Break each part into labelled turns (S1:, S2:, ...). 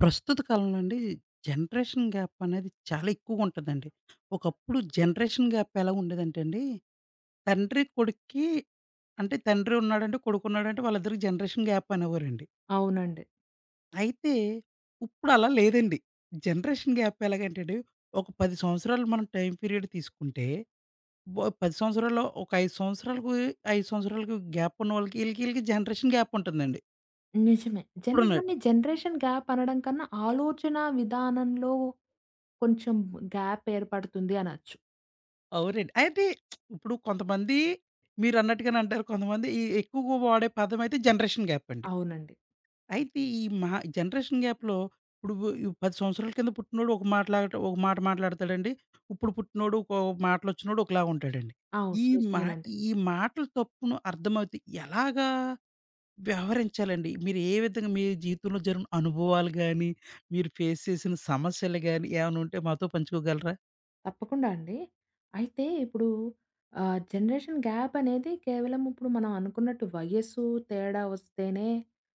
S1: ప్రస్తుత కాలంలో అండి జనరేషన్ గ్యాప్ అనేది చాలా ఎక్కువగుంటదండి. ఒకప్పుడు జనరేషన్ గ్యాప్ ఎలా ఉండేదంటే అండి, తండ్రి కొడుక్కి అంటే తండ్రి ఉన్నాడంటే, కొడుకున్నాడంటే వాళ్ళిద్దరికి జనరేషన్ గ్యాప్ అనేవారండి.
S2: అవునండి.
S1: అయితే ఇప్పుడు అలా లేదండి. జనరేషన్ గ్యాప్ ఎలాగంటే అండి, ఒక 10 సంవత్సరాలు మనం టైమ్ పీరియడ్ తీసుకుంటే, 10 సంవత్సరాల్లో ఒక 5 సంవత్సరాలకు, 5 సంవత్సరాలకు గ్యాప్ ఉన్నవాళ్ళకి ఈళ్ళకి జనరేషన్ గ్యాప్ ఉంటుందండి.
S2: నిజమే.
S1: ఇప్పుడున్న
S2: దాన్ని జనరేషన్ గ్యాప్ అనడం కన్నా, ఆలోచన విధానంలో కొంచెం గ్యాప్ ఏర్పడుతుంది అనొచ్చు.
S1: అవునండి. అయితే ఇప్పుడు కొంతమంది మీరన్నట్టుగానే అంటారు. కొంతమంది ఈ ఎక్కువగా వాడే పదమైతే జనరేషన్ గ్యాప్ అండి.
S2: అవునండి.
S1: అయితే ఈ మహా జనరేషన్ గ్యాప్‌లో ఇప్పుడు ఈ 10 సంవత్సరాల కింద పుట్టినోడు ఒక మాట మాట్లాడతాడండి. ఇప్పుడు పుట్టినోడు ఒక మాటలొచ్చినోడు ఒకలాగా ఉంటాడండి.
S2: అవును.
S1: ఈ మా
S2: నిజమేనండి.
S1: ఈ మాటలు తప్పును అర్థమవుతే ఎలాగా వ్యవహరించాలండి? మీరు ఏ విధంగా మీ జీవితంలో జరిగిన అనుభవాలు గాని, మీరు ఫేస్ చేసిన సమస్యలు గాని ఏమైనా ఉంటే మాతో పంచుకోగలరా?
S2: తప్పకుండా అండి. అయితే ఇప్పుడు జనరేషన్ గ్యాప్ అనేది కేవలం ఇప్పుడు మనం అనుకున్నట్టు వయస్సు తేడా వస్తేనే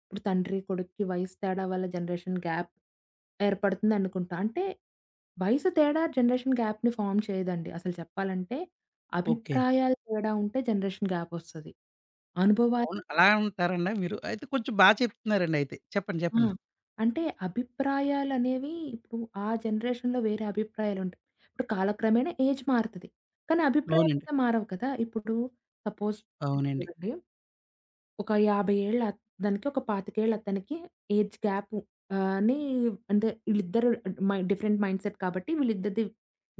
S2: ఇప్పుడు తండ్రి, కొడుక్కి వయస్సు తేడా వల్ల జనరేషన్ గ్యాప్ ఏర్పడుతుంది అనుకుంటా. అంటే వయసు తేడా జనరేషన్ గ్యాప్‌ని ఫార్మ్ చేయదండి. అసలు చెప్పాలంటే
S1: ఓకే.
S2: అభిప్రాయాలు తేడా ఉంటే జనరేషన్ గ్యాప్ వస్తది. అనుభవాలు.
S1: అవును. అలా అంటారండి మీరు? అయితే కొంచెం బా చెప్తున్నారండి అయితే. చెప్పండి.
S2: ఆ!
S1: చెప్పండి.
S2: అంటే అభిప్రాయాలనేవి ఇప్పుడు ఆ జనరేషన్‌లో వేరే అభిప్రాయాలుంటాయి. ఇప్పుడు కాలక్రమేణా ఏజ్ మారుతది. కానీ
S1: అవునండి.
S2: అభిప్రాయాలైతే మారవు కదా! ఇప్పుడు సపోజ్ ఇప్పుడు
S1: అవునండి.
S2: చూడండి, ఒక 50 ఏళ్ల అతనికి, ఒక 25 ఏళ్ల అతనికి ఏజ్ గ్యాపు అని అంటే వీళ్ళిద్దరు డిఫరెంట్ మైండ్‌సెట్ కాబట్టి వీళ్ళిద్దరిది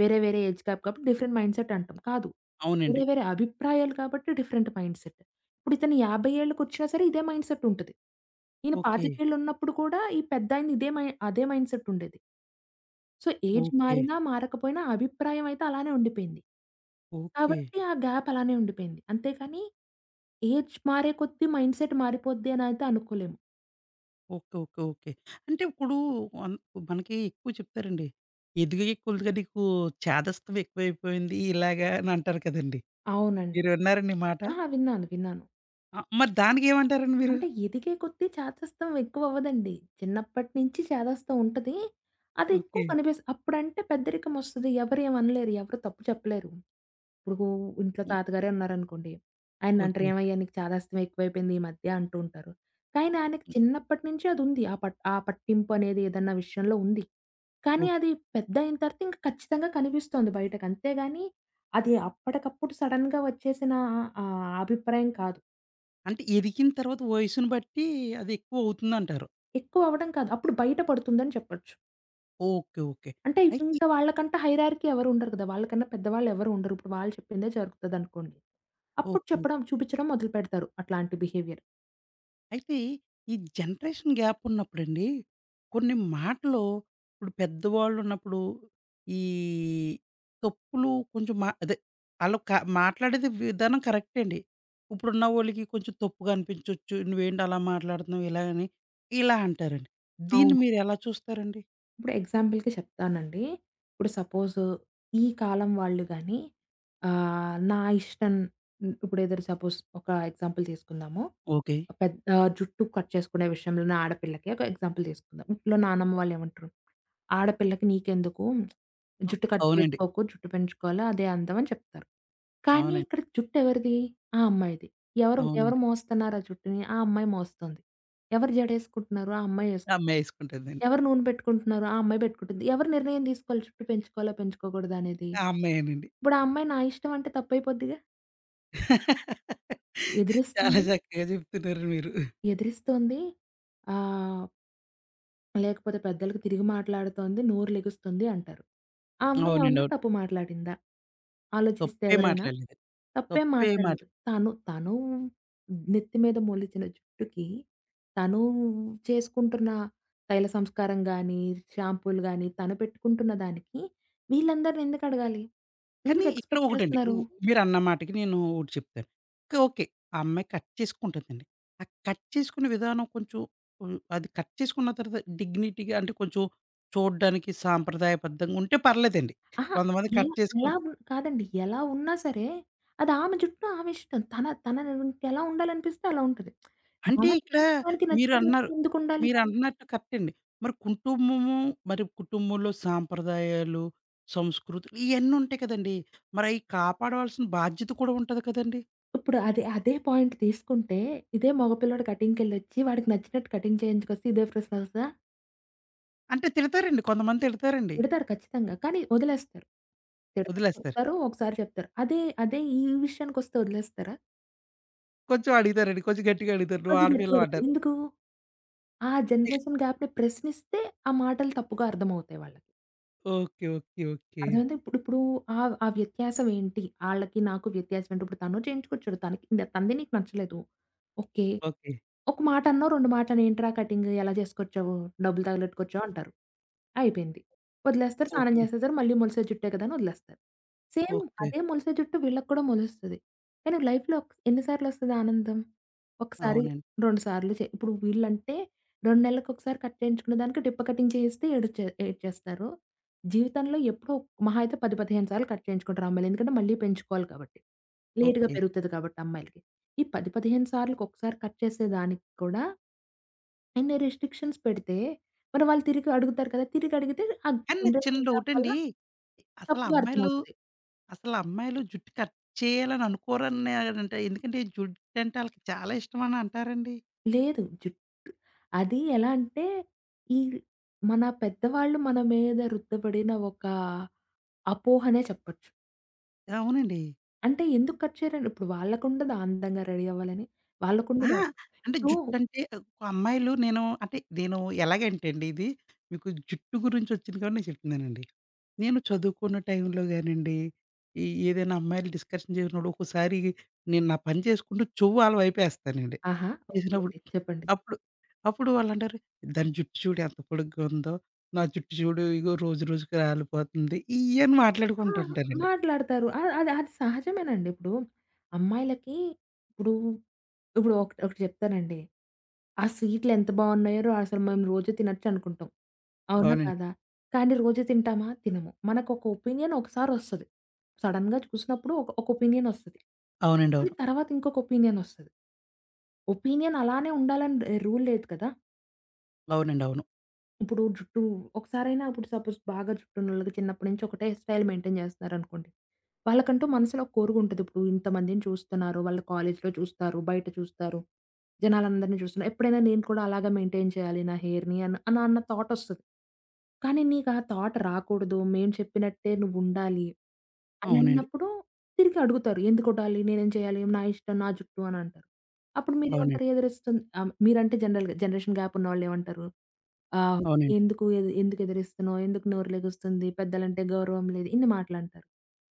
S2: వేరే వేరే ఏజ్ గ్యాప్ కాబట్టి డిఫరెంట్ మైండ్‌సెట్ అంటాం. కాదు. వేరే
S1: అవునండి.
S2: వేరే అభిప్రాయాలు కాబట్టి డిఫరెంట్ మైండ్‌సెట్. ఇప్పుడు ఇతను 50 ఏళ్ళకొచ్చినా సరే ఇదే మైండ్‌సెట్ ఉంటది. ఈయన
S1: ఓకే.
S2: 25 ఉన్నప్పుడు కూడా ఈ పెద్దాయన ఇదే మై అదే మైండ్‌సెట్ ఉండేది. So, age
S1: okay.
S2: మారినా, మారకపోయినా అభిప్రాయం అయితే అలానే ఉండిపోయింది.
S1: ఓకే. ఓకే.
S2: కాబట్టి ఆ గ్యాప్ అలానే ఉండిపోయింది. అంతేకాని ఏజ్ మారే కొద్దీ మైండ్‌సెట్ మారిపోద్ది అనైతే అనుకోలేము.
S1: ఓకే. ఓకే. అంటే ఇప్పుడు అన్ మనకి ఎక్కువ చెప్తారండి. ఎదిగే కొలుదుగా నీకు చేదస్తం ఎక్కువైపోయింది ఇలాగా అని అంటారు కదండీ!
S2: అవునండి.
S1: మీరు విన్నారండి ఈ మాట?
S2: ఆహా! విన్నాను. విన్నాను.
S1: ఆ! మరి దానికేమంటారండి మీరు?
S2: అంటే ఎదిగే కొద్దీ చేదస్తం ఎక్కువవ్వదండి. చిన్నప్పటి నుంచి చేదస్తం ఉంటది. అది ఎక్కువ
S1: ఓకే.
S2: అప్పుడంటే పెద్దరికమొస్తది. ఎవరేమనలేరు. ఎవరు ఏమనలేరు. ఎవరు తప్పు చెప్పలేరు. ఇప్పుడు ఇంట్లో
S1: హ్మ్.
S2: తాతగారే ఉన్నారనుకోండి. ఆయన్నంటారు,
S1: ఓకే.
S2: "ఏమయ్యా! నీకు చాదాస్తం ఎక్కువైపోయింది ఈ మధ్య" అంటూ ఉంటారు. కానీ ఆయనకి
S1: హ్మ్.
S2: చిన్నప్పటి నుంచి అదుంది. ఆ పట్టింపు అనేది ఏదన్నా విషయంలో ఉంది. కానీ
S1: ఓకే.
S2: అది పెద్దయిన తర్వాత ఇంక ఖచ్చితంగా కనిపిస్తోంది బయటకి. అంతేగాని అది అప్పటికప్పుడు సడెన్‌గా వచ్చేసిన ఆహ్, అభిప్రాయం కాదు.
S1: అంటే ఎదిగిన తర్వాత వయసుని బట్టి అది ఎక్కువ అవుతుందంటారు.
S2: ఎక్కువ అవ్వడం కాదు. అప్పుడు బయట పడుతుందని చెప్పొచ్చు.
S1: ఓకే. ఓకే.
S2: అంటే
S1: అయితే
S2: ఇంకా వాళ్ళకంటే హైరార్కీ ఎవరు ఉండరు కదా! వాళ్ళకన్నా పెద్దవాళ్ళు ఎవరు ఉండరు. ఇప్పుడు వాళ్ళు చెప్పిందే జరుగుతదనుకోండి. అప్పుడు
S1: ఓకే.
S2: చెప్పడం చూపించడం మొదలుపెడతారు అట్లాంటి బిహేవియర్.
S1: అయితే ఈ జనరేషన్ గ్యాప్ ఉన్నప్పుడండి, కొన్ని మాటలు ఇప్పుడు పెద్దవాళ్ళున్నప్పుడు ఈ తప్పులు కొంచెం మా అదే ఆళ్ళు క మాట్లాడేది విధానం కరెక్టే అండి. ఇప్పుడున్న వోళ్ళకి కొంచెం తప్పుగా అనిపించొచ్చు. "నువ్వేంటి అలా మాట్లాడుతున్నావు" ఇలా అని, ఇలా అంటారండి. దీన్ని
S2: అవును.
S1: మీరెలా చూస్తారండి?
S2: ఇప్పుడు ఎగ్జాంపుల్‌కి చెప్తానండి. ఇప్పుడు సపోజ్ ఈ కాలం వాళ్ళు గాని నా ఇష్టం ఇప్పుడు ఏదైనా సపోజ్ ఒక ఎగ్జాంపుల్ తీసుకుందాము.
S1: ఓకే.
S2: పెద్ద జుట్టు కట్ చేసుకునే విషయంలోనే ఆడపిల్లకి ఒక ఎగ్జాంపుల్ తీసుకుందాం. ఇంట్లో నానమ్మ వాళ్ళు ఏమంటారు? ఆడపిల్లకి నీకెందుకు?
S1: అ
S2: జుట్టు కట్
S1: అవునండి.
S2: చేసుకోకు, జుట్టు పెంచుకోవాలి అదే అందం అని చెప్తారు. కానీ
S1: అవునండి.
S2: ఇక్కడ జుట్టు ఎవరిది? ఆ అమ్మాయిది. ఎవరు ఎవరు
S1: అవునండి.
S2: మోస్తున్నారు ఆ జుట్టుని? ఆ అమ్మాయి మోస్తుంది. ఎవరు జడేసుకుంటున్నారు? ఆ అమ్మాయి ఏసుకుంటుంది.
S1: అమ్మాయేసుకుంటదండి.
S2: ఎవరు నూనె పెట్టుకుంటున్నారు? ఆ అమ్మాయి పెట్టుకుంటుంది. ఎవరు నిర్ణయం తీసుకోవాలి జుట్టు పెంచుకోవాలా? పెంచుకోకూడదా? అనేది.
S1: ఆ అమ్మాయేనండి.
S2: ఇప్పుడు ఆ అమ్మాయి నా ఇష్టం అంటే తప్పైపోద్దిగా.
S1: చాలా
S2: ఎదిరిస్తుంది.
S1: చక్కగా చెప్తున్నారు మీరు.
S2: ఎదిరిస్తోంది. ఆహ్ లేకపోతే పెద్దలకి తిరిగి మాట్లాడుతోంది, నోరు లెగుస్తుంది అంటారు. ఆ అమ్మాయి
S1: అవునండి.
S2: ఏమన్నా
S1: అవును.
S2: తప్పు మాట్లాడిందా? ఆలోచిస్తే
S1: తప్పే
S2: ఎవరైనా?
S1: మాట్లాడలేదు.
S2: తప్పేం
S1: తప్పే మాట.
S2: మాట్లాడలేదు. తను తను నెత్తి మీద మొలిచిన జుట్టుకి తను చేసుకుంటున్న తైల సంస్కారం గాని, షాంపూలు గాని, తను పెట్టుకుంటున్న దానికి వీళ్ళందరిని ఎందుకడగాలి?
S1: కానీ
S2: ఎందుకు
S1: ఇక్కడ
S2: ఎక్స్‌పెక్ట్
S1: ఒకటండి.
S2: చేస్తున్నారు?
S1: మీరన్న మాటకి నేను ఒకటి చెప్తాను. ఓకే. ఓకే. ఆ అమ్మాయి కట్ చేసుకుంటుందండి. ఆ కట్ చేసుకునే విధానం కొంచెం హ్మ్. అది కట్ చేసుకున్న తర్వాత డిగ్నిటీగా అంటే కొంచెం చూడ్డానికి సాంప్రదాయబద్ధంగా ఉంటే పర్లేదండి.
S2: అహా!
S1: కొంతమంది
S2: అలా. ఎలా
S1: కట్
S2: ఎలా
S1: చేసుకుని
S2: ఉ కాదండి. ఎలా ఉన్నా సరే, అది ఆమె జుట్టు ఆమె ఇష్టం. తన తన ఎలా ఉండాలనిపిస్తే అలా ఉంటది.
S1: అంటే
S2: మనకి
S1: ఇక్కడ
S2: చూడడానికి నచ్చదు
S1: మీరన్నారు
S2: ఎందుకుండాలి తను?
S1: మీరన్నట్టు కరెక్టండి. మరి కుటుంబము మరి కుటుంబంలో సాంప్రదాయాలు, సంస్కృతులు ఇయన్నీ ఉంటాయి కదండీ! మరయి కాపాడవలసిన బాధ్యత కూడా ఉంటది కదండీ!
S2: ఇప్పుడు అదే అదే పాయింట్ తీసుకుంటే, ఇదే మగపిల్లోడు కటింగ్‌కెళ్ళొచ్చి వాడికి నచ్చినట్టు కటింగ్ చేయించుకొస్తే ఇదే ప్రశ్న వస్తదా?
S1: అంటే తిడతారండి. కొంతమంది తిడతారండి.
S2: తిడతారు ఖచ్చితంగా. కానీ వదిలేస్తారు. తిడతారు,
S1: వదిలేస్తారు.
S2: చెప్తారు, ఒకసారి చెప్తారు. అదే అదే ఈ విషయానికొస్తే వదిలేస్తారా?
S1: కొంచెం అడుగుతారండి. కొంచెం గట్టిగా అడుగుతారు. "నువ్వు
S2: కొంచెం
S1: ఆడపిల్లవు"
S2: గట్టిగడతారు.
S1: అంటారు.
S2: ఎందుకు? ఆ
S1: ఇక్
S2: జనరేషన్ గ్యాప్‌ని ప్రశ్నిస్తే ఆ మాటలు తప్పుగా అర్థమవుతాయి వాళ్ళకి.
S1: ఓకే. ఓకే. ఓకే.
S2: అర్థమైందా? ఇప్పుడు ఇప్పుడు ఆ ఆ వ్యత్యాసం ఏంటి? ఆళ్ళకి నాకు వ్యత్యాసం ఏంటి? ఇప్పుడు తను చేయించుకొచ్చాడు. తనకి తనది నీకు నచ్చలేదు. ఓకే.
S1: ఓకే.
S2: ఒక మాటన్నో, 2 మాటలేంట్రా కటింగ్ ఎలా చేసుకొచ్చావు? డబ్బులు తగలెట్టుకొచ్చావు
S1: హ్మ్.
S2: అంటారు. అయిపోయింది. వదిలేస్తారు. స్నానం
S1: ఓకే.
S2: చేసేస్తారు. మళ్ళీ మొలిసే జుట్టే కదా! అని వదిలేస్తారు. Same
S1: okay.
S2: అదే మొలిసే జుట్టు వీళ్ళకి కూడా మొలుస్తది. కానీ లైఫ్‌లో ఎన్ని సార్లొస్తది ఆనందం? ఒకసారి,
S1: అవునండి.
S2: 2 సార్లు ఇప్పుడు వీళ్ళంటే 2 నెలలకొకసారి కట్ చేయించుకునే దానికి టిప్ప కటింగ్ చేయిస్తే ఏడ్చేస్తారు. జీవితంలో ఎప్పుడో మహా అయితే 10, 15 సార్లు కట్ చేయించుకుంటారు అమ్మాయిలు. ఎందుకంటే మళ్ళీ పెంచుకోవాలి కాబట్టి. లేట్‌గా
S1: ఓకే.
S2: పెరుగుతది కాబట్టి అమ్మాయిలకి. ఈ 10, 15 సార్లుకొకసారి కట్ చేసేదానికి కూడా ఇన్ని రిస్ట్రిక్షన్స్ పెడితే, మరి వాళ్ళు తిరిగి అడుగుతారు కదా! తిరిగి అడిగితే ఆ
S1: కానీ నాకు చిన్న
S2: జనరేషన్ గ్యాప్ వల్ల
S1: డౌటండి. అసల
S2: తప్పుగా
S1: అమ్మాయిలు,
S2: అర్థమవుతది.
S1: అసల అమ్మాయిలు జుట్టు కట్ చేయాలని అనుకోరని అంటే ఎందుకంటే జుట్టంటే ఆళ్ళకి చాలా ఇష్టమని అంటారండి.
S2: లేదు. అది ఎలా అంటే, ఈ మన పెద్దవాళ్ళు మన మీద రుద్దబడిన ఒక అపోహనే చెప్పొచ్చు.
S1: అవునండి.
S2: అంటే ఎందుకు కట్ చేయరండి? ఇప్పుడు వాళ్ళకుండదా అందంగా రెడీ అవ్వాలని?
S1: ఆ!
S2: వాళ్ళకుండదా
S1: అంటే
S2: ఇప్పుడు
S1: జుట్టంటే ఒక అమ్మాయిలు నేను ఎలాగంటే అండి ఇది మీకు జుట్టు గురించి వచ్చింది కాబట్టి నేను చెప్తున్నానండి. నేను చదువుకున్న టైంలో గానండి, ఈ ఏదైనా అమ్మాయిలు డిస్కషన్ చేసినప్పుడు ఒక్కోసారి నేను నా పని చేసుకుంటూ చెవు ఆళ్ళ వైపేస్తానండి.
S2: ఆహా! ఓకే
S1: ఏసినప్పుడు
S2: అండి. చెప్పండి.
S1: అప్పుడు అప్పుడు వాళ్ళంటారు, "దాని జుట్టు చూడు ఎంత పొడుగ్గా ఉందో, నా జుట్టు చూడు ఇగో రోజు రోజుకి రాలిపోతుంది." ఇయన్నీ
S2: ఆ!
S1: మాట్లాడుకుంటుంటారండి.
S2: మాట్లాడతారు. ఆ! అది అది సహజమేనండి. ఇప్పుడు అమ్మాయిలకి ఇప్పుడు, ఇప్పుడు ఒకటి ఒకటి చెప్తానండి. ఆ స్వీట్లు ఎంత బావున్నాయో అసలు మేము రోజు తినొచ్చు అనుకుంటాం. అవునా?
S1: అవునండి.
S2: కాదా? కానీ రోజు తింటామా? తినము. మనకొక ఒపీనియన్ ఒకసారొస్తది. సడెన్‌గా చూసినప్పుడు ఒక ఒక ఒపీనియన్ ఒస్తది.
S1: అవునండి.
S2: కానీ
S1: అవును.
S2: తర్వాత ఇంకొక ఒపీనియన్ ఒస్తది. ఒపీనియన్ అలానే ఉండాలని రూల్ లేదు కదా!
S1: అవునండి. అవును.
S2: ఇప్పుడు జుట్టు ఒకసారైనా ఇప్పుడు సపోజ్ బాగా జుట్టున్నోళ్ళకి చిన్నప్పటి నుంచి ఒకటే స్టైల్ మెయింటైన్ చేస్తున్నారనుకోండి. వాళ్ళకంటూ మనసులో ఒక కోరిగుంటది. ఇప్పుడు ఇంతమందిని చూస్తున్నారు. వాళ్ళు కాలేజ్‌లో చూస్తారు, బయట చూస్తారు. జనాలందరిని చూస్తున్నారు. ఎప్పుడైనా నేను కూడా అలాగా మెయింటైన్ చేయాలి నా హెయిర్‌ని అని అన్న అన్న థాటొస్తది. కానీ నీకు ఆ థాట్ రాకూడదు. మేము చెప్పినట్టే నువ్వుండాలి అని
S1: అవునండి.
S2: అన్నప్పుడు తిరిగి అడుగుతారు. ఎందుకొడాలి? నేనేం చేయాలి? నా ఇష్టం, నా జుట్టు అని అంటారు. అప్పుడు
S1: అవునండి.
S2: మీరేమంటారు? ఎదురిస్తుంది మీరంటే జనరల్‌గా జనరేషన్ గ్యాప్ ఉన్నవాళ్ళేమంటారు? ఆహ్
S1: అవునండి.
S2: ఎందుకు ఎదిరిస్తున్నావు? ఎందుకు నోరు లెగుస్తుంది? పెద్దలంటే గౌరవం లేదు. ఇన్ని మాటలంటారు.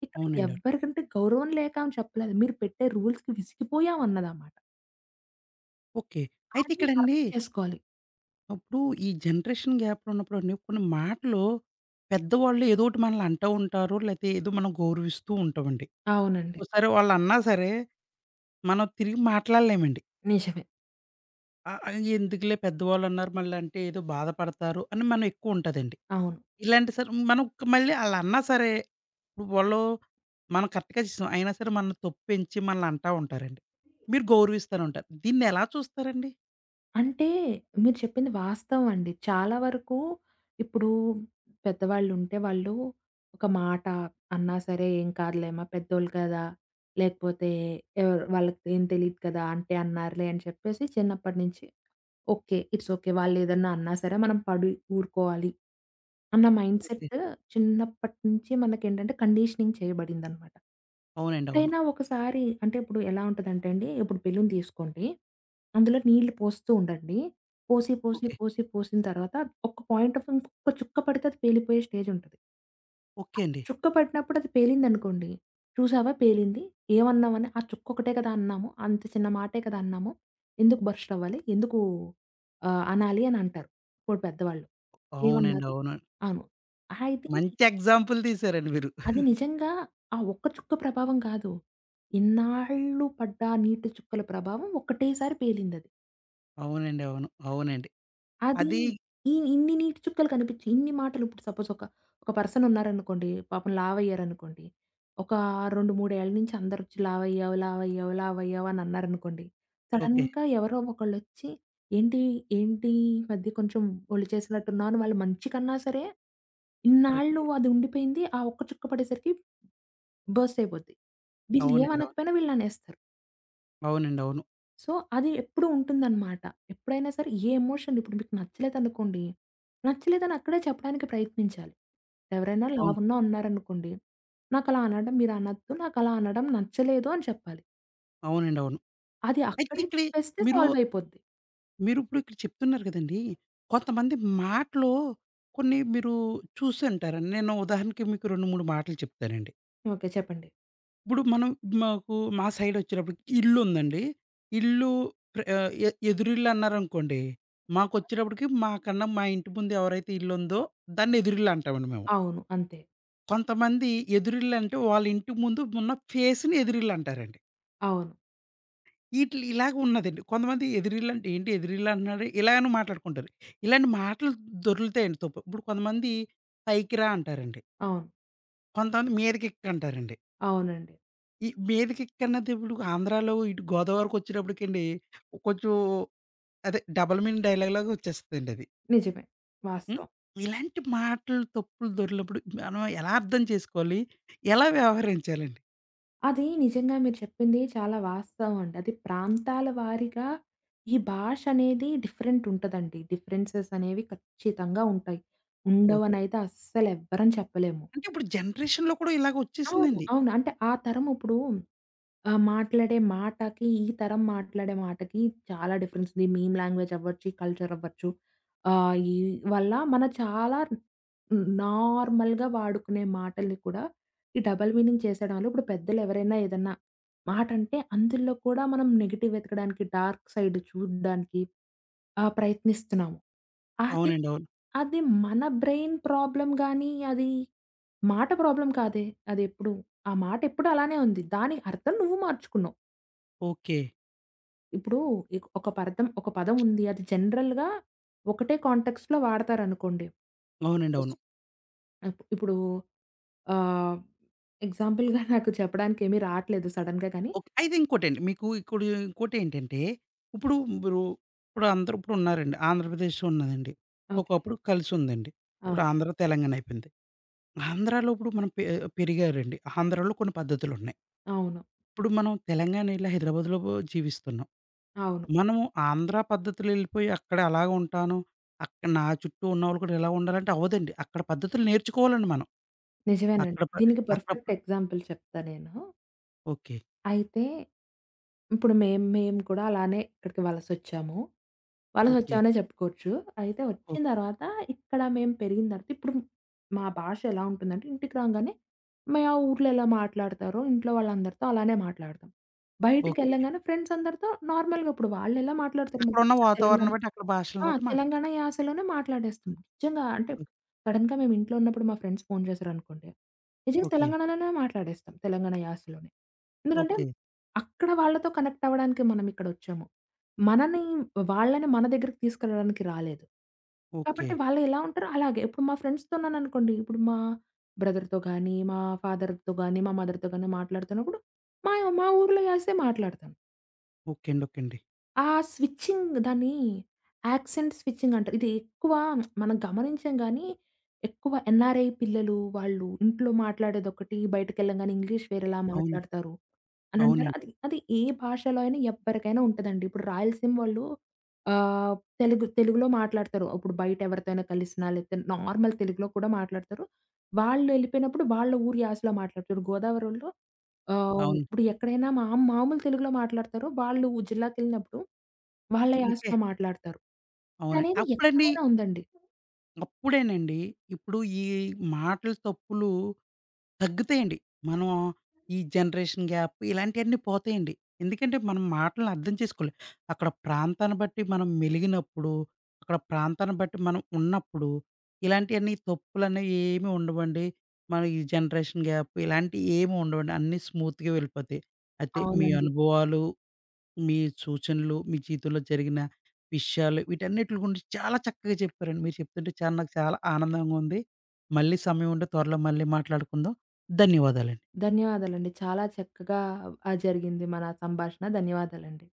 S2: ఇక్కడ
S1: అవునండి. అవును.
S2: ఎవ్వరికంటే గౌరవం లేక అని చెప్పలేదు. మీరు పెట్టే రూల్స్‌కి విసిగిపోయాం అన్నదమాట.
S1: ఓకే. అయితే
S2: అది
S1: ఇక్కడండి
S2: అర్థం చేసుకోవాలి.
S1: అప్పుడు ఈ జనరేషన్ గ్యాప్‌లో ఉన్నప్పుడండి కొన్ని మాటలు పెద్దవాళ్ళు ఏదో ఒకటి మనల్ని అంటూ ఉంటారు. లేతే ఏదో మనం గౌరవిస్తూ ఉంటామండి.
S2: అవునండి.
S1: ఒకోసారి వాళ్ళన్నా సరే మనం తిరిగి మాట్లాడలేమండి.
S2: నిజమే.
S1: ఆహ్, ఆహ్, ఎందుకులే పెద్దవాళ్ళన్నారు మళ్ళీ అంటే ఏదో బాధపడతారు అని మనం ఎక్కువ ఉంటదండి.
S2: అవును.
S1: ఇలాంటి సరే మనం ఒక్క మళ్ళీ ఆళ్ళన్నా సరే ఇప్పుడు వాళ్ళు మనం కరెక్ట్‌గా చేసాం. అయినా సరే మనల్ని తొప్పించి మనల్ని అంటా ఉంటారండి. మీరు గౌరవిస్తూనే ఉంటారు. దీన్నెలా చూస్తారండి?
S2: అంటే మీరు చెప్పింది వాస్తవం అండి. చాలా వరకు ఇప్పుడు పెద్దవాళ్ళుంటే వాళ్ళు ఒక మాట అన్నా సరే ఏం కాదులేమ్మా పెద్దోళ్ళు కదా! లేకపోతే ఎవరు వాళ్ళకి ఏం తెలీదు కదా! అంటే అన్నారులే అని చెప్పేసి చిన్నప్పటి నుంచి ఓకే. It's okay. వాళ్ళేదన్నా అన్నా సరే మనం పడి ఊరుకోవాలి అన్న మైండ్
S1: ఓకే.
S2: సెట్ చిన్నప్పటి నుంచి మనకేంటంటే కండిషనింగ్ చేయబడిందనమాట.
S1: అవునండి. అవును.
S2: ఎప్పుడైనా ఒకసారి అంటే ఇప్పుడు ఎలా ఉంటదంటే అండి, ఇప్పుడు బెలూన్ తీసుకోండి. అందులో నీళ్లు పోస్తూ ఉండండి. పోసి, పోసి,
S1: ఓకే.
S2: పోసి, పోసిన తర్వాత ఒక పాయింట్ ఆఫ్ ఇంకొక చుక్క పడితే అది పేలిపోయే స్టేజ్ ఉంటది. ఆ
S1: ఓకే అండి.
S2: చుక్క పడినప్పుడు అది పేలిందనుకోండి. చూసావా పేలింది. ఏమన్నామని ఆ చుక్క ఒకటే కదా అన్నాము. అంత చిన్న మాటే కదా అన్నాము. ఎందుకు బర్స్ట్ అవ్వాలి? ఎందుకు అనాలి అని అంటారు. ఇప్పుడు పెద్దవాళ్ళు.
S1: అవునండి.
S2: ఏమన్నారు?
S1: అవును.
S2: అవును. అయితే
S1: మంచి ఎగ్జాంపుల్ తీశారండి మీరు.
S2: అది నిజంగా ఆ ఒక్క చుక్క ప్రభావం కాదు. ఇన్నాళ్ళు పడ్డ నీటి చుక్కల ప్రభావం ఒక్కటేసారి పేలిందది.
S1: అవునండి. అవును. అవునండి.
S2: అది
S1: అది
S2: ఈ ఇన్ని నీటి చుక్కలు కనిపించి, ఇన్ని మాటలు ఇప్పుడు సపోజ్ ఒక, ఒక పర్సన్ ఉన్నారనుకోండి, పాపం లావయ్యారనుకోండి. ఒక 2, 3 ఏళ్ల నుంచి అందరొచ్చి లావయ్యావు, లావయ్యావు, లావయ్యావు అని అన్నారనుకోండి.
S1: ఓకే.
S2: సడెన్‌గా ఎవరో ఒకళ్ళొచ్చి ఏంటి, ఏంటి ఈ మధ్య కొంచెం ఒళ్ళు చేసినట్టున్నావు అని వాళ్ళు మంచి కన్నా సరే, ఇన్నాళ్ళు
S1: ఓకే.
S2: నువ్వు అది ఉండిపోయింది. ఆ ఒక్క చుక్క పడేసరికి బర్స్ట్ అయిపోద్ది. వీళ్ళు
S1: అవునండి. అవును.
S2: ఏమనకపోయినా వీళ్ళు అనేస్తారు.
S1: అవునండి. అవును.
S2: సో, అది ఎప్పుడూ ఉంటుందనమాట. ఎప్పుడైనా సరే ఏ ఎమోషన్ ఇప్పుడు మీకు నచ్చలేదనుకోండి, నచ్చలేదని అక్కడే చెప్పడానికి ప్రయత్నించాలి. ఎవరైనా
S1: అవును.
S2: లావున్న ఉన్నారనుకోండి, "నాకలా అనడం మీరనొద్దు. నాకలా అనడం నచ్చలేదు" అని చెప్పాలి.
S1: అవునండి. అవును.
S2: అది
S1: అయితే
S2: అక్కడే
S1: ఇక్కడే
S2: చెప్పేస్తే
S1: మీరు,
S2: సాల్వ్ అయిపోద్ది.
S1: మీరిప్పుడు ఇక్కడ చెప్తున్నారు కదండీ! కొంతమంది మాటలో కొన్ని మీరు చూసుంటారండి. నేను ఉదాహరణకి మీకు 2, 3 మాటలు చెప్తానండి.
S2: ఓకే. చెప్పండి.
S1: ఇప్పుడు మనం మాకు మా సైడొచ్చేటప్పటికి ఇల్లుందండి. ఇల్లు ఉందండి, ఇల్లు ప్ర ఆహ్, ఎ ఎదురిల్లు అన్నారనుకోండి. మాకొచ్చేటప్పటికి మాకన్నా మా ఇంటి ముందు ఎవరైతే ఇల్లుందో దాన్ని ఎదురిల్లు అంటామండి మేము.
S2: "అవును. అంతే.
S1: కొంతమంది ఎదురిళ్ళంటే వాళ్ళ ఇంటి ముందు ఉన్న ఫేస్‌ని ఎదురిళ్ళంటారండి.
S2: అవును.
S1: ఈటిలి ఇలాగ ఉన్నదండి. కొంతమంది ఎదురిళ్ళంటే ఏంటి ఎదురిళ్ళంటున్నాడు ఇలా అని మాట్లాడుకుంటారు. ఇలాంటి మాటలు దొర్లుతాయండి తప్పు. ఇప్పుడు కొంతమంది పైకి రా అంటారండి.
S2: అవును.
S1: కొంతమంది మీదకెక్కు అంటారండి.
S2: అవునండి.
S1: ఈ మీదకెక్కన్నది ఇప్పుడు ఆంధ్రాలో ఇటు గోదావరికొచ్చేటప్పటికండి కొంచెం అదే డబుల్ మీనింగ్ డైలాగ్ లాగా వచ్చేస్తదండి అది.
S2: నిజమే.
S1: హ్మ్.
S2: వాస్తవం."
S1: ఇలాంటి మాటలు తప్పులు దొర్లినప్పుడు మనం ఎలా అర్థం చేసుకోవాలి? ఎలా వ్యవహరించాలండి?
S2: అది నిజంగా మీరు చెప్పింది చాలా వాస్తవం అండి. అది ప్రాంతాల వారీగా ఈ భాష అనేది డిఫరెంట్ ఉంటదండి. డిఫరెన్సెస్ అనేవి ఖచ్చితంగా ఉంటాయి.
S1: ఓకే.
S2: ఉండవనైతే అస్సలు ఎవ్వరం చెప్పలేము.
S1: అంటే ఇప్పుడు జనరేషన్‌లో కూడా ఇలాగ
S2: అవును.
S1: వచ్చేసిందండి.
S2: అవును. అంటే ఆ తరం ఇప్పుడు ఆ! మాట్లాడే మాటకి, ఈ తరం మాట్లాడే మాటకి చాలా డిఫరెన్స్ ఉంది. మీమ్ లాంగ్వేజ్ అవ్వచ్చు, ఈ కల్చర్ అవ్వచ్చు. ఈ వల్ల మన చాలా నార్మల్‌గా వాడుకునే మాటల్ని కూడా ఈ డబుల్ మీనింగ్ చేసేయడం వల్ల ఇప్పుడు పెద్దలు ఎవరైనా ఏదన్నా మాటంటే అందులో కూడా మనం నెగెటివ్ వెతకడానికి, డార్క్ సైడ్ చూడడానికి ప్రయత్నిస్తున్నాము. అది,
S1: అవునండి. అవును.
S2: అది మన బ్రెయిన్ ప్రాబ్లమ్ గానీ, అది మాట ప్రాబ్లమ్ కాదే అదెప్పుడు. ఆ మాటెప్పుడూ అలానే ఉంది. దాని అర్థం నువ్వు మార్చుకున్నావు.
S1: ఓకే.
S2: ఇప్పుడు ఒక పదం ఉంది. అది జనరల్‌గా ఒకటే కాంటెక్స్ట్‌లో వాడతారనుకోండి.
S1: అవునండి.
S2: సపోజ్.
S1: అవును.
S2: ఇప్పుడు ఆహ్, ఎగ్జాంపుల్‌గా నాకు చెప్పడానికేమీ రాట్లేదు సడెన్‌గా కానీ
S1: ఓకే. అయితే ఇంకోటండి. మీకు ఇప్పుడు ఇంకోటేంటంటే, ఇప్పుడు మీరు ఇప్పుడు అందరూ ఇప్పుడు ఉన్నారండి. ఆంధ్రప్రదేశ్ ఉన్నదండి.
S2: ఓకే.
S1: ఒకప్పుడు కలిసుందండి.
S2: ఆ!
S1: ఇప్పుడు ఆంధ్ర, తెలంగాణ అయిపోయింది. ఆంధ్రాలో ఇప్పుడు మనం పెరిగారండి. ఆంధ్రాలో కొన్ని పద్ధతులున్నాయి.
S2: అవును.
S1: ఇప్పుడు మనం తెలంగాణ ఎళ్ళి హైదరాబాద్‌లో జీవిస్తున్నాం.
S2: అవును.
S1: మనము ఆంధ్ర పద్ధతులెళ్ళిపోయి అక్కడ అలాగే ఉంటాను. అక్కడ నా చుట్టూ ఉన్నవాళ్ళు కూడా ఇలా ఉండాలంటే అవ్వదండి. అక్కడ పద్ధతులు నేర్చుకోవాలండి మనం.
S2: నిజమేనండి.
S1: అక్కడ ప
S2: దీనికి
S1: అక్కడ
S2: పర్ఫెక్ట్ ఎగ్జాంపుల్ చెప్తా నేను.
S1: ఓకే.
S2: అయితే ఇప్పుడు మేము మేము కూడా అలానే ఇక్కడికి వలసొచ్చాము.
S1: ఓకే.
S2: వలసొచ్చామనే చెప్పుకోవచ్చు. అయితే వచ్చిన
S1: ఓహ్!
S2: తర్వాత ఇక్కడ మేము పెరిగిన తర్వాత ఇప్పుడు మా భాష ఎలా ఉంటుందంటే ఇంటికి రాంగానే మా ఊర్లో ఎలా మాట్లాడతారో ఇంట్లో వాళ్ళందరితో అలానే మాట్లాడతాం.
S1: ఓకే.
S2: బయటికెళ్ళంగానే ఫ్రెండ్స్ అందరితో నార్మల్‌గా ఇప్పుడు వాళ్ళెలా మాట్లాడతారు మా
S1: అక్కడున్న
S2: ఫ్రెండ్స్ తెలంగాణ.
S1: వాతావరణం బట్టి, అక్కడ
S2: ఆ!
S1: భాషలను బట్టి
S2: తెలంగాణ
S1: మాట్లాడతారు.
S2: యాసలోనే మాట్లాడేస్తాం. నిజంగా అంటే
S1: హ్మ్.
S2: సడెన్‌గా మేము ఇంట్లో ఉన్నప్పుడు మా ఫ్రెండ్స్ ఫోను చేశారనుకోండి, నిజంగా
S1: ఓకే.
S2: తెలంగాణలోనే మాట్లాడేస్తాం. తెలంగాణ యాసలోనే. ఎందుకంటే
S1: ఓకే.
S2: అక్కడ వాళ్ళతో కనెక్ట్ అవ్వడానికి మనం ఇక్కడొచ్చాము. మనని వాళ్ళని మన దగ్గరికి తీసుకెళ్ళడానికి రాలేదు.
S1: ఓకే.
S2: కాబట్టి వాళ్ళు ఎలా ఉంటారో అలాగే. ఇప్పుడు మా ఫ్రెండ్స్‌తోన్నాననుకోండి, ఇప్పుడు మా బ్రదర్‌తో గానీ, మా ఫాదర్‌తో గానీ, మా మదర్‌తో గానీ మాట్లాడుతున్నప్పుడు మా మా ఊర్లో యాసే మాట్లాడతాను.
S1: ఓకే అండి. ఓకే అండి.
S2: ఆ స్విచ్చింగ్ దాన్ని యాక్సెంట్ స్విచ్చింగ్ అంటారు. ఇది ఎక్కువ మనం గమనించం గానీ, ఎక్కువ NRI పిల్లలు వాళ్ళు ఇంట్లో మాట్లాడేదొకటి, బయటికెళ్ళంగానే ఇంగ్లీష్ వేరేలా
S1: అవును.
S2: మాట్లాడతారు అనంటారు.
S1: అవునండి.
S2: అది అది ఏ భాషలో అయినా ఎవ్వరికైనా ఉంటదండి. ఇప్పుడు రాయలసీమ వాళ్ళు తెలుగులో మాట్లాడతారు. ఇప్పుడు బయట ఎవరితోనైనా కలిసినా, లేతే నార్మల్ తెలుగులో కూడా మాట్లాడతారు. వాళ్ళెళ్ళిపోయినప్పుడు వాళ్ళ ఊరి యాసలో మాట్లాడతారు. గోదావరోళ్ళు అవును.
S1: అవును.
S2: ఇప్పుడు ఎక్కడైనా మా మామూలు తెలుగులో మాట్లాడతారో, వాళ్ళు జిల్లాకెళ్ళినప్పుడు వాళ్ళ
S1: ఇంకే
S2: యాసలో మాట్లాడతారు.
S1: అవునండి.
S2: ఇదనేది
S1: అప్పుడండి
S2: ఎక్కడైనా ఉందండి.
S1: అప్పుడేనండి, ఇప్పుడు ఈ మాటల తప్పులు తగ్గుతాయండి. మనం ఈ జనరేషన్ గ్యాప్ ఇలాంటియన్నీ పోతాయండి. ఎందుకంటే మనం మాటలను అర్థం చేసుకోలేం. అక్కడ ప్రాంతాన్ని బట్టి మనం మెలిగినప్పుడు, అక్కడ ప్రాంతాన్ని బట్టి మనం ఉన్నప్పుడు, ఇలాంటియన్నీ తప్పులనేవి ఏమి ఉండవండి. మన ఈ జనరేషన్ గ్యాప్ ఇలాంటియేమి ఉండవండి. అన్నీ స్మూత్‌గా వెళ్ళిపోతాయి. అయితే మీ
S2: అవునండి.
S1: అనుభవాలు మీ సూచనలు, మీ జీవితంలో జరిగిన విషయాలు వీటన్నిటిల గురించి చాలా చక్కగా చెప్పారండి. మీరు చెప్తుంటే చాలా నాకు చాలా ఆనందంగా ఉంది. మళ్ళీ సమయం ఉంటే త్వరలో మళ్ళీ మాట్లాడుకుందాం. ధన్యవాదాలండి.
S2: ధన్యవాదాలండి. చాలా చక్కగా జరిగింది మన సంభాషణ. ధన్యవాదాలండి.